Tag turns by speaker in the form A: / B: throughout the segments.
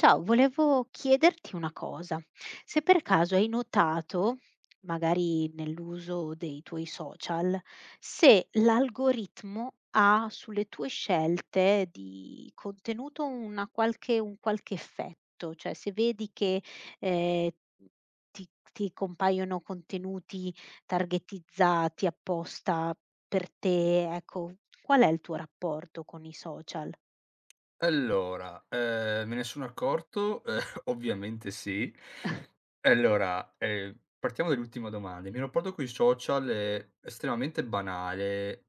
A: Ciao, volevo chiederti una cosa. Se per caso hai notato, magari nell'uso dei tuoi social, se l'algoritmo ha sulle tue scelte di contenuto una qualche un qualche effetto, cioè se vedi che, ehm, ti compaiono contenuti targetizzati apposta per te, ecco, qual è il tuo rapporto con i social?
B: Allora, me ne sono accorto, ovviamente sì. Allora, partiamo dall'ultima domanda. Il mio rapporto coi social è estremamente banale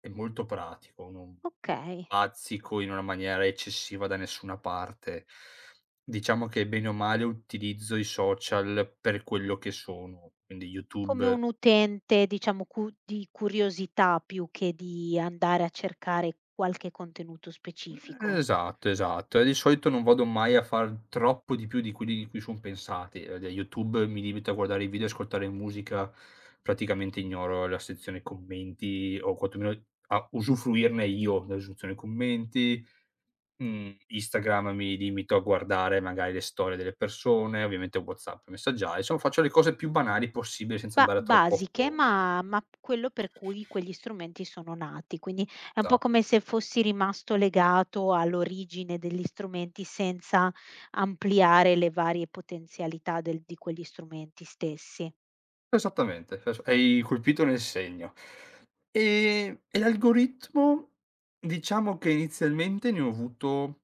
B: e molto pratico, non
A: Okay.
B: bazzico in una maniera eccessiva da nessuna parte. Diciamo che bene o male utilizzo i social per quello che sono, quindi
A: Come
B: YouTube.
A: un utente diciamo cu di curiosità più che di andare a cercare qualche contenuto specifico.
B: Esatto, esatto. E di solito non vado mai a far troppo di più di quelli di cui son pensati. Da YouTube mi limito a guardare i video e ascoltare musica, praticamente ignoro la sezione commenti o quantomeno a usufruirne io della sezione commenti. Instagram mi limito a guardare magari le storie delle persone, ovviamente WhatsApp messaggiare, insomma faccio le cose più banali possibile senza
A: Ba
B: andare troppo a
A: basiche,
B: fondo.
A: ma quello per cui quegli strumenti sono nati, quindi è un po'
B: Esatto.
A: come se fossi rimasto legato all'origine degli strumenti senza ampliare le varie potenzialità del di quegli strumenti stessi.
B: Esattamente, hai colpito nel segno. E l'algoritmo diciamo che inizialmente ne ho avuto,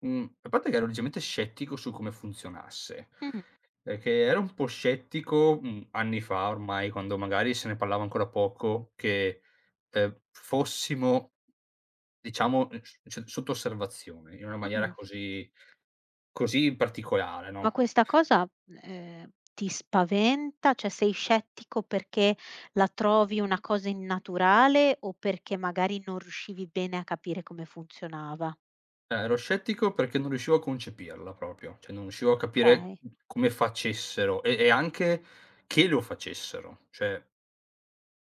B: mhmm, a parte che ero leggermente scettico su come funzionasse,
A: Mh,
B: perché ero un po' scettico, anni fa ormai, quando magari se ne parlava ancora poco, che, fossimo, diciamo, s cioè sotto osservazione in una maniera
A: mh-mh.
B: così particolare,
A: Ma
B: no?
A: questa cosa, ti spaventa? Cioè sei scettico perché la trovi una cosa innaturale o perché magari non riuscivi bene a capire come funzionava?
B: Ero scettico perché non riuscivo a concepirla proprio, cioè non riuscivo a capire
A: Okay.
B: come facessero e anche che lo facessero. Cioè,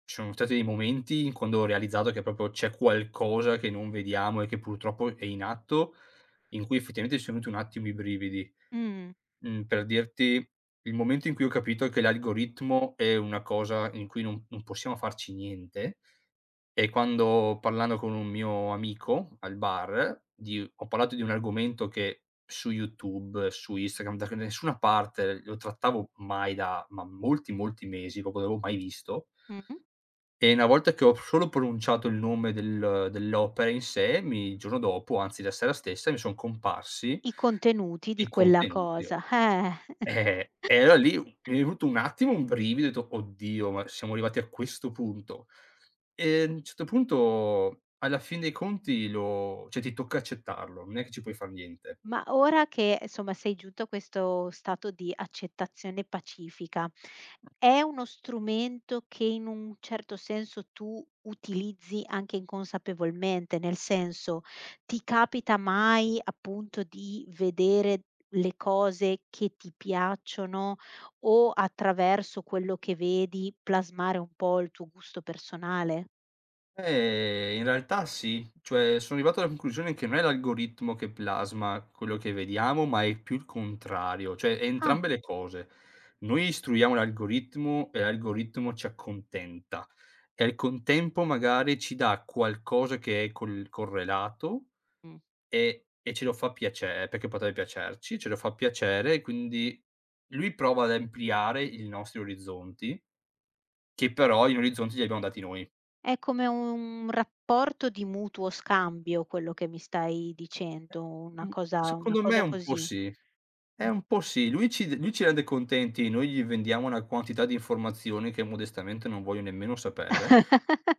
B: ci sono stati dei momenti in quando ho realizzato che proprio c'è qualcosa che non vediamo e che purtroppo è in atto, in cui effettivamente ci sono venuti un attimo i brividi.
A: Mh.
B: Per dirti, il momento in cui ho capito che l'algoritmo è una cosa in cui non possiamo farci niente, è quando parlando con un mio amico al bar, di ho parlato di un argomento che su YouTube, su Instagram, da che nessuna parte lo trattavo mai da ma molti, molti mesi, proprio non l'avevo mai visto,
A: Mh-mh.
B: e una volta che ho solo pronunciato il nome dell'opera in sé, mi il giorno dopo, anzi la sera stessa, mi son comparsi
A: I contenuti
B: i
A: di quella
B: contenuti.
A: cosa, eh.
B: E allora lì mi è venuto un attimo un brivido, ho detto: "Oddio, ma siamo arrivati a questo punto". E a un certo punto, alla fin dei conti, lo cioè ti tocca accettarlo, non è che ci puoi far niente.
A: Ma ora che, insomma, sei giunto a questo stato di accettazione pacifica, è uno strumento che in un certo senso tu utilizzi anche inconsapevolmente, nel senso, ti capita mai appunto di vedere le cose che ti piacciono o attraverso quello che vedi plasmare un po' il tuo gusto personale?
B: In realtà sì, cioè sono arrivato alla conclusione che non è l'algoritmo che plasma quello che vediamo, ma è più il contrario, cioè è
A: Ah.
B: entrambe le cose. Noi istruiamo l'algoritmo e l'algoritmo ci accontenta, e al contempo magari ci dà qualcosa che è correlato,
A: Mm.
B: e ce lo fa piacere, perché potrebbe piacerci, ce lo fa piacere, e quindi lui prova ad ampliare i nostri orizzonti, che però in orizzonti li abbiamo dati noi.
A: È come un rapporto di mutuo scambio quello che mi stai dicendo,
B: Mh,
A: una
B: secondo me
A: cosa
B: un po'
A: così.
B: sì.
A: Mh.
B: Un po' sì. Lui ci rende contenti, noi gli vendiamo una quantità di informazioni che modestamente non voglio nemmeno sapere,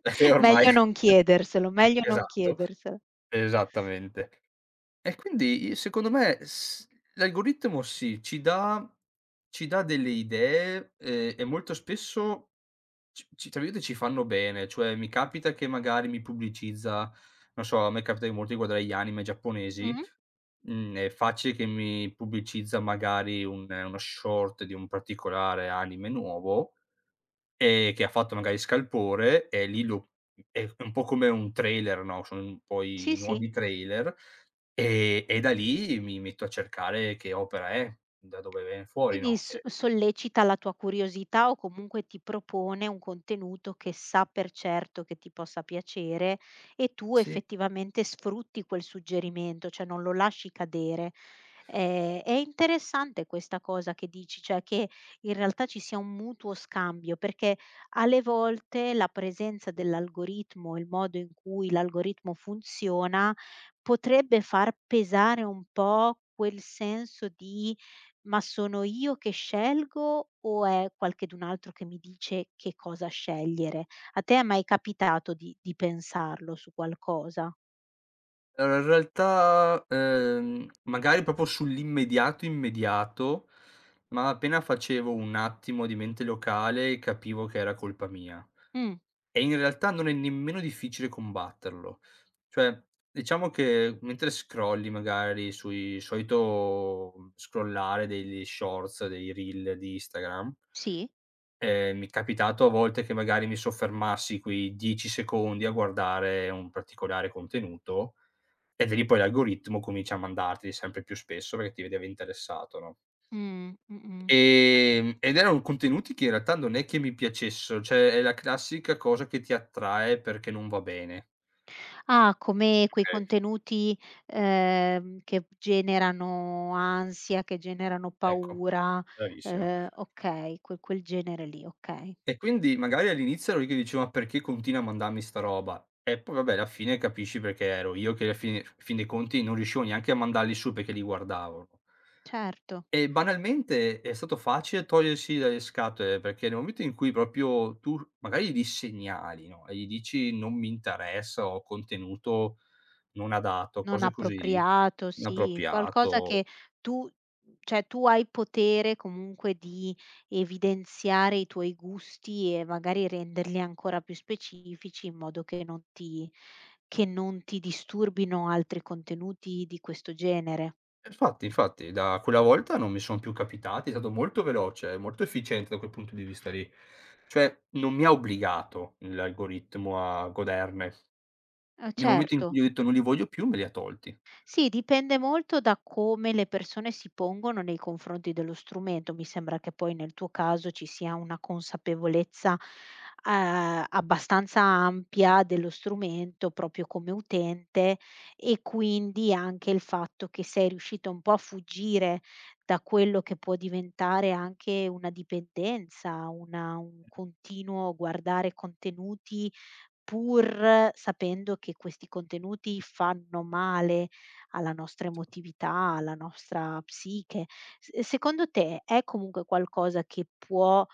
B: perché ormai,
A: Meglio non chiederselo, meglio non
B: esatto,
A: chiederselo.
B: esattamente. E quindi, secondo me, s l'algoritmo sì, ci dà delle idee, e molto spesso ci tra virgolette "ci fanno bene", cioè mi capita che magari mi pubblicizza, non so, a me capita di molto di guardare gli anime giapponesi,
A: Mh-mh.
B: è facile che mi pubblicizza magari un uno short di un particolare anime nuovo. Che ha fatto magari scalpore e lì lo è un po' come un trailer, no, son poi i
A: Sì, sì.
B: nuovi trailer, e da lì mi metto a cercare che opera è, da dove viene fuori,
A: Quindi
B: no,
A: s sollecita la tua curiosità o comunque ti propone un contenuto che sa per certo che ti possa piacere e tu
B: Sì.
A: effettivamente sfrutti quel suggerimento, cioè non lo lasci cadere. È interessante questa cosa che dici, cioè che in realtà ci sia un mutuo scambio, perché alle volte la presenza dell'algoritmo, il modo in cui l'algoritmo funziona, potrebbe far pesare un po' quel senso di ma sono io che scelgo o è qualchedun altro che mi dice che cosa scegliere? A te è mai capitato di pensarlo su qualcosa?
B: Allora in realtà, magari proprio sull'immediato, immediato, ma appena facevo un attimo di mente locale, capivo che era colpa mia.
A: Mh,
B: E in realtà non è nemmeno difficile combatterlo. Cioè, diciamo che mentre scrolli magari sui solito, scrollare degli shorts, dei reel di Instagram,
A: sì.
B: mi è capitato a volte che magari mi soffermassi quei 10 secondi a guardare un particolare contenuto, e da lì poi l'algoritmo comincia a mandarteli sempre più spesso perché ti vedeva interessato, no?
A: Mh-mh.
B: Ed erano contenuti che in realtà non è che mi piacessero, cioè è la classica cosa che ti attrae perché non va bene.
A: Ah, come quei
B: Okay.
A: contenuti, che generano ansia, che generano
B: Ecco,
A: paura,
B: bravissima.
A: okay, quel genere lì, okay.
B: E quindi magari all'inizio ero io che dicevo: "Ma perché continua a mandarmi sta roba?" E poi vabbè, alla fine capisci, perché ero io che alla fine fin dei conti non riuscivo neanche a mandarli su perché li guardavo.
A: Certo.
B: E banalmente è stato facile togliersi dalle scatole, perché nel momento in cui proprio tu magari li segnali, no, e gli dici: "Non mi interessa", o contenuto non adatto,
A: Non
B: cose così,
A: appropriato, sì, qualcosa
B: inappropriato.
A: che tu tu hai potere comunque di evidenziare i tuoi gusti e magari renderli ancora più specifici in modo che non ti disturbino altri contenuti di questo genere.
B: Infatti, infatti da quella volta non mi son più capitati, è stato molto veloce, molto efficiente da quel punto di vista lì. Cioè, non mi ha obbligato l'algoritmo a goderne.
A: Eh
B: Nel momento in
A: certo.
B: cui ho detto: "Non li voglio più", me li ha tolti.
A: Sì, dipende molto da come le persone si pongono nei confronti dello strumento. Mi sembra che poi nel tuo caso ci sia una consapevolezza, abbastanza ampia dello strumento proprio come utente e quindi anche il fatto che sei riuscita un po' a fuggire da quello che può diventare anche una dipendenza, una un continuo guardare contenuti pur sapendo che questi contenuti fanno male alla nostra emotività, alla nostra psiche. S secondo te è comunque qualcosa che può,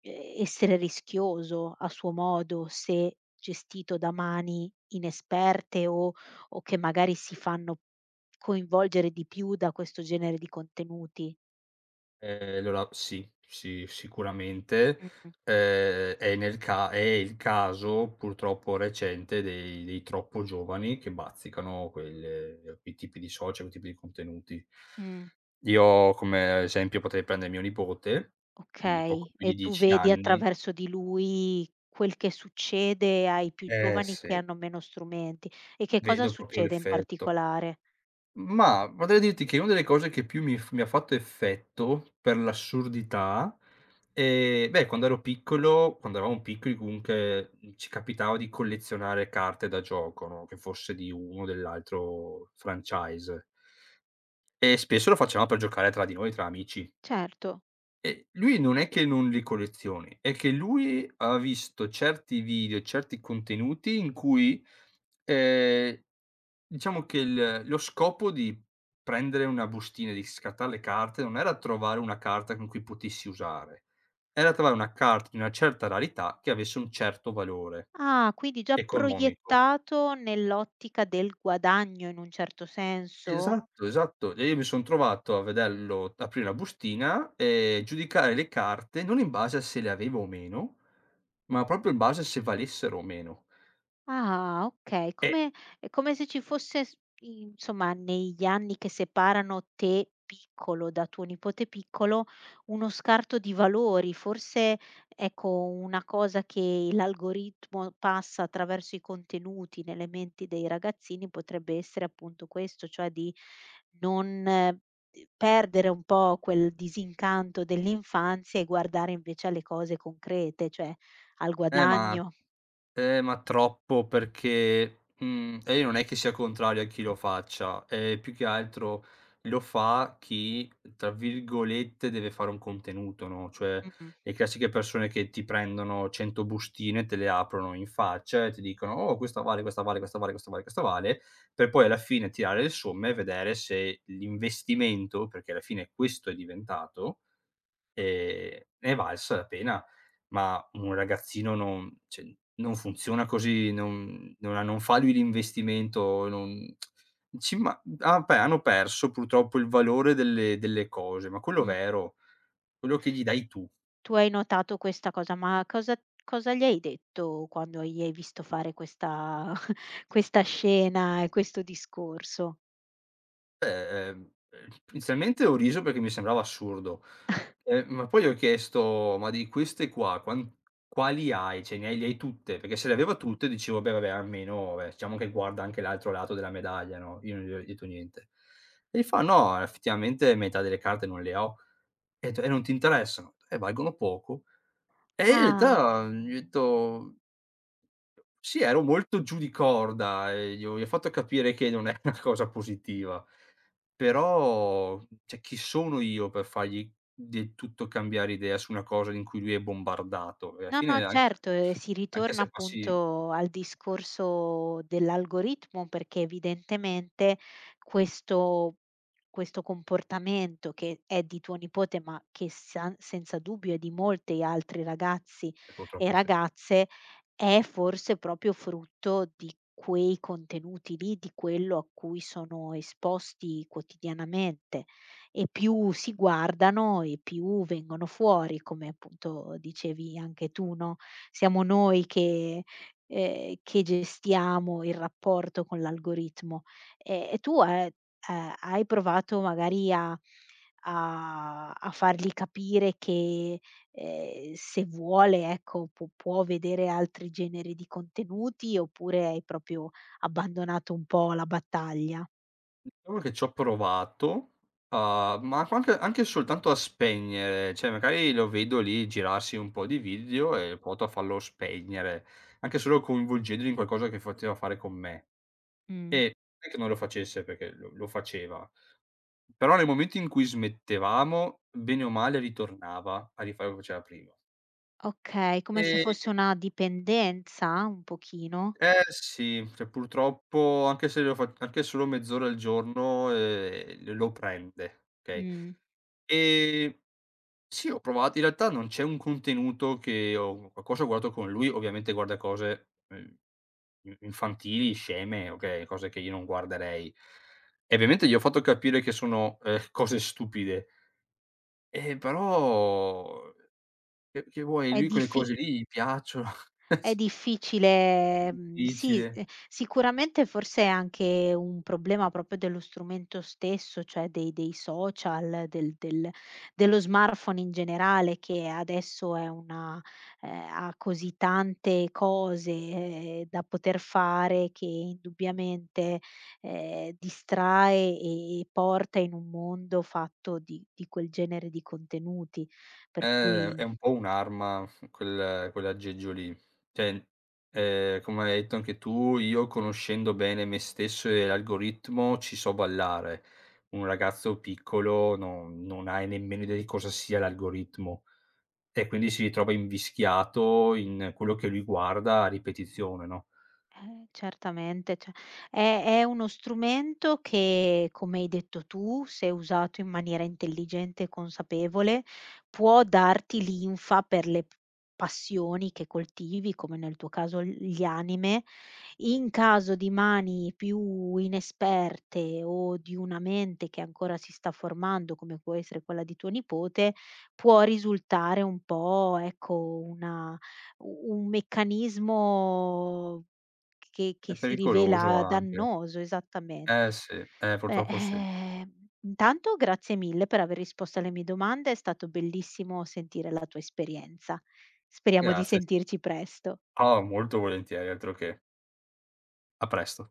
A: essere rischioso a suo modo se gestito da mani inesperte o che magari si fanno coinvolgere di più da questo genere di contenuti?
B: Allora sì, sì, sicuramente,
A: Mh-mh,
B: è nel ca è il caso purtroppo recente dei troppo giovani che bazzicano quelle quei tipi di social, quei tipi di contenuti.
A: mh,
B: Io come esempio potrei prendere mio nipote, di poco
A: okay.
B: più
A: E
B: di
A: tu
B: 10
A: vedi
B: anni,
A: attraverso di lui quel che succede ai più
B: eh
A: giovani che
B: sì,
A: hanno meno strumenti. E che cosa
B: vedo proprio
A: succede in
B: l'effetto.
A: particolare?
B: Ma potrei dirti che una delle cose che più mi ha fatto effetto per l'assurdità, beh, quando ero piccolo quando eravamo piccoli comunque, ci capitava di collezionare carte da gioco, no, che fosse di uno o dell'altro franchise, e spesso lo facevamo per giocare tra di noi, tra amici.
A: Certo.
B: E lui non è che non li collezioni, è che lui ha visto certi video, certi contenuti in cui, ehm, diciamo che il lo scopo di prendere una bustina, di scattare le carte, non era trovare una carta con cui potessi usare, era trovare una carta di una certa rarità che avesse un certo valore
A: Ah, quindi già
B: economico.
A: proiettato nell'ottica del guadagno in un certo senso?
B: Esatto, esatto. E io mi son trovato a vederlo aprire la bustina e giudicare le carte non in base a se le avevo o meno, ma proprio in base a se valessero o meno.
A: Ah, okay.
B: E
A: Come è come se ci fosse s insomma, negli anni che separano te piccolo da tuo nipote piccolo, uno scarto di valori. Forse, ecco, una cosa che l'algoritmo passa attraverso i contenuti nelle menti dei ragazzini potrebbe essere appunto questo, cioè di non, perdere un po' quel disincanto dell'infanzia e guardare invece alle cose concrete, cioè al
B: eh, ma
A: guadagno.
B: Ma troppo, perché, e io non è che sia contrario a chi lo faccia, più che altro lo fa chi, tra virgolette, "deve fare un contenuto", no, cioè
A: Mh-mh.
B: le classiche persone che ti prendono 100 bustine, te le aprono in faccia e ti dicono: "Oh, questa vale, questa vale, questa vale, questa vale, questa vale", per poi alla fine tirare le somme e vedere se l'investimento, perché alla fine questo è diventato. Ne è valsa la pena, ma un ragazzino non cioè, non funziona così, non fa lui l'investimento, non ci ma ah, beh, hanno perso purtroppo il valore delle cose, ma quello
A: Mh.
B: vero, quello che gli dai tu.
A: Tu hai notato questa cosa, ma cosa gli hai detto quando gli hai visto fare questa questa scena e questo discorso?
B: Beh, inizialmente ho riso perché mi sembrava assurdo, ma poi ho chiesto: "Ma di queste qua quan quali hai? Cioè, ne hai le hai tutte?" Perché se le aveva tutte dicevo: "Beh, vabbè, almeno vabbè, diciamo che guarda anche l'altro lato della medaglia, no?" Io non gli ho detto niente. E mi fa: "No, effettivamente metà delle carte non le ho." E ho detto: "E non ti interessano?" Valgono poco." E in
A: Ah.
B: realtà gli ho detto sì, ero molto giù di corda e gli ho fatto capire che non è una cosa positiva. Però, cioè, chi sono io per fargli del tutto cambiare idea su una cosa in cui lui è bombardato? Perché alla
A: No, no,
B: fine
A: certo, si
B: anche
A: ritorna
B: se passi,
A: appunto al discorso dell'algoritmo, perché evidentemente questo questo comportamento che è di tuo nipote, ma che san senza dubbio è di molti altri ragazzi e
B: purtroppo sì.
A: ragazze, è forse proprio frutto di quei contenuti lì, di quello a cui sono esposti quotidianamente. E più si guardano e più vengono fuori, come appunto dicevi anche tu, no, siamo noi che che gestiamo il rapporto con l'algoritmo. E tu hai provato magari a fargli capire che, se vuole, ecco, può vedere altri generi di contenuti, oppure hai proprio abbandonato un po' la battaglia?
B: Diciamo che ci ho provato, ma co anche soltanto a spegnere, cioè magari lo vedo lì girarsi un po' di video, e provato a farlo spegnere, anche solo coinvolgendolo in qualcosa che faceva fare con me. E
A: Mh.
B: non è che non lo facesse, perché lo faceva, però nel momento in cui smettevamo, bene o male ritornava a rifare come faceva prima.
A: Okay, come se
B: Ehm,
A: fosse una dipendenza un pochino?
B: eh sì, cioè purtroppo anche se lo fa anche solo mezz'ora al giorno, l lo prende, okay?
A: Mh. Mh.
B: Ehm Sì, ho provato, in realtà non c'è un contenuto che ho guardato con lui, ovviamente guarda cose, i infantili, sceme, okay, cose che io non guarderei. E ovviamente gli ho fatto capire che sono, cose stupide, però che vuoi,
A: È
B: lui quelle
A: diffi
B: cose lì gli piacciono,
A: È
B: è
A: difficile, sì,
B: difficile.
A: sicuramente forse è anche un problema proprio dello strumento stesso, cioè dei social, del dello smartphone in generale che adesso è una ha così tante cose, da poter fare che indubbiamente, distrae e porta in un mondo fatto di quel genere di contenuti, per
B: È
A: cui.
B: un po' un'arma quell'aggeggio lì. Cioè, come hai detto anche tu, io conoscendo bene me stesso e l'algoritmo ci so ballare. Un ragazzo piccolo non ha nemmeno idea di cosa sia l'algoritmo, e quindi si ritrova invischiato in quello che lui guarda a ripetizione, no,
A: Certamente, cioè è uno strumento che, come hai detto tu, se usato in maniera intelligente e consapevole, può darti linfa per le p passioni che coltivi, come nel tuo caso l gli anime. In caso di mani più inesperte o di una mente che ancora si sta formando, come può essere quella di tuo nipote, può risultare un po', ecco, una u un meccanismo
B: è
A: che si
B: pericoloso
A: rivela
B: anche.
A: dannoso, esattamen
B: Eh sì,
A: Beh,
B: purtroppo sì.
A: intanto grazie mille per aver risposto alle mie domande, è stato bellissimo sentire la tua esperienza. Speriamo di
B: Grazie.
A: sentirci presto.
B: Ah, molto volentieri, altro che. A presto.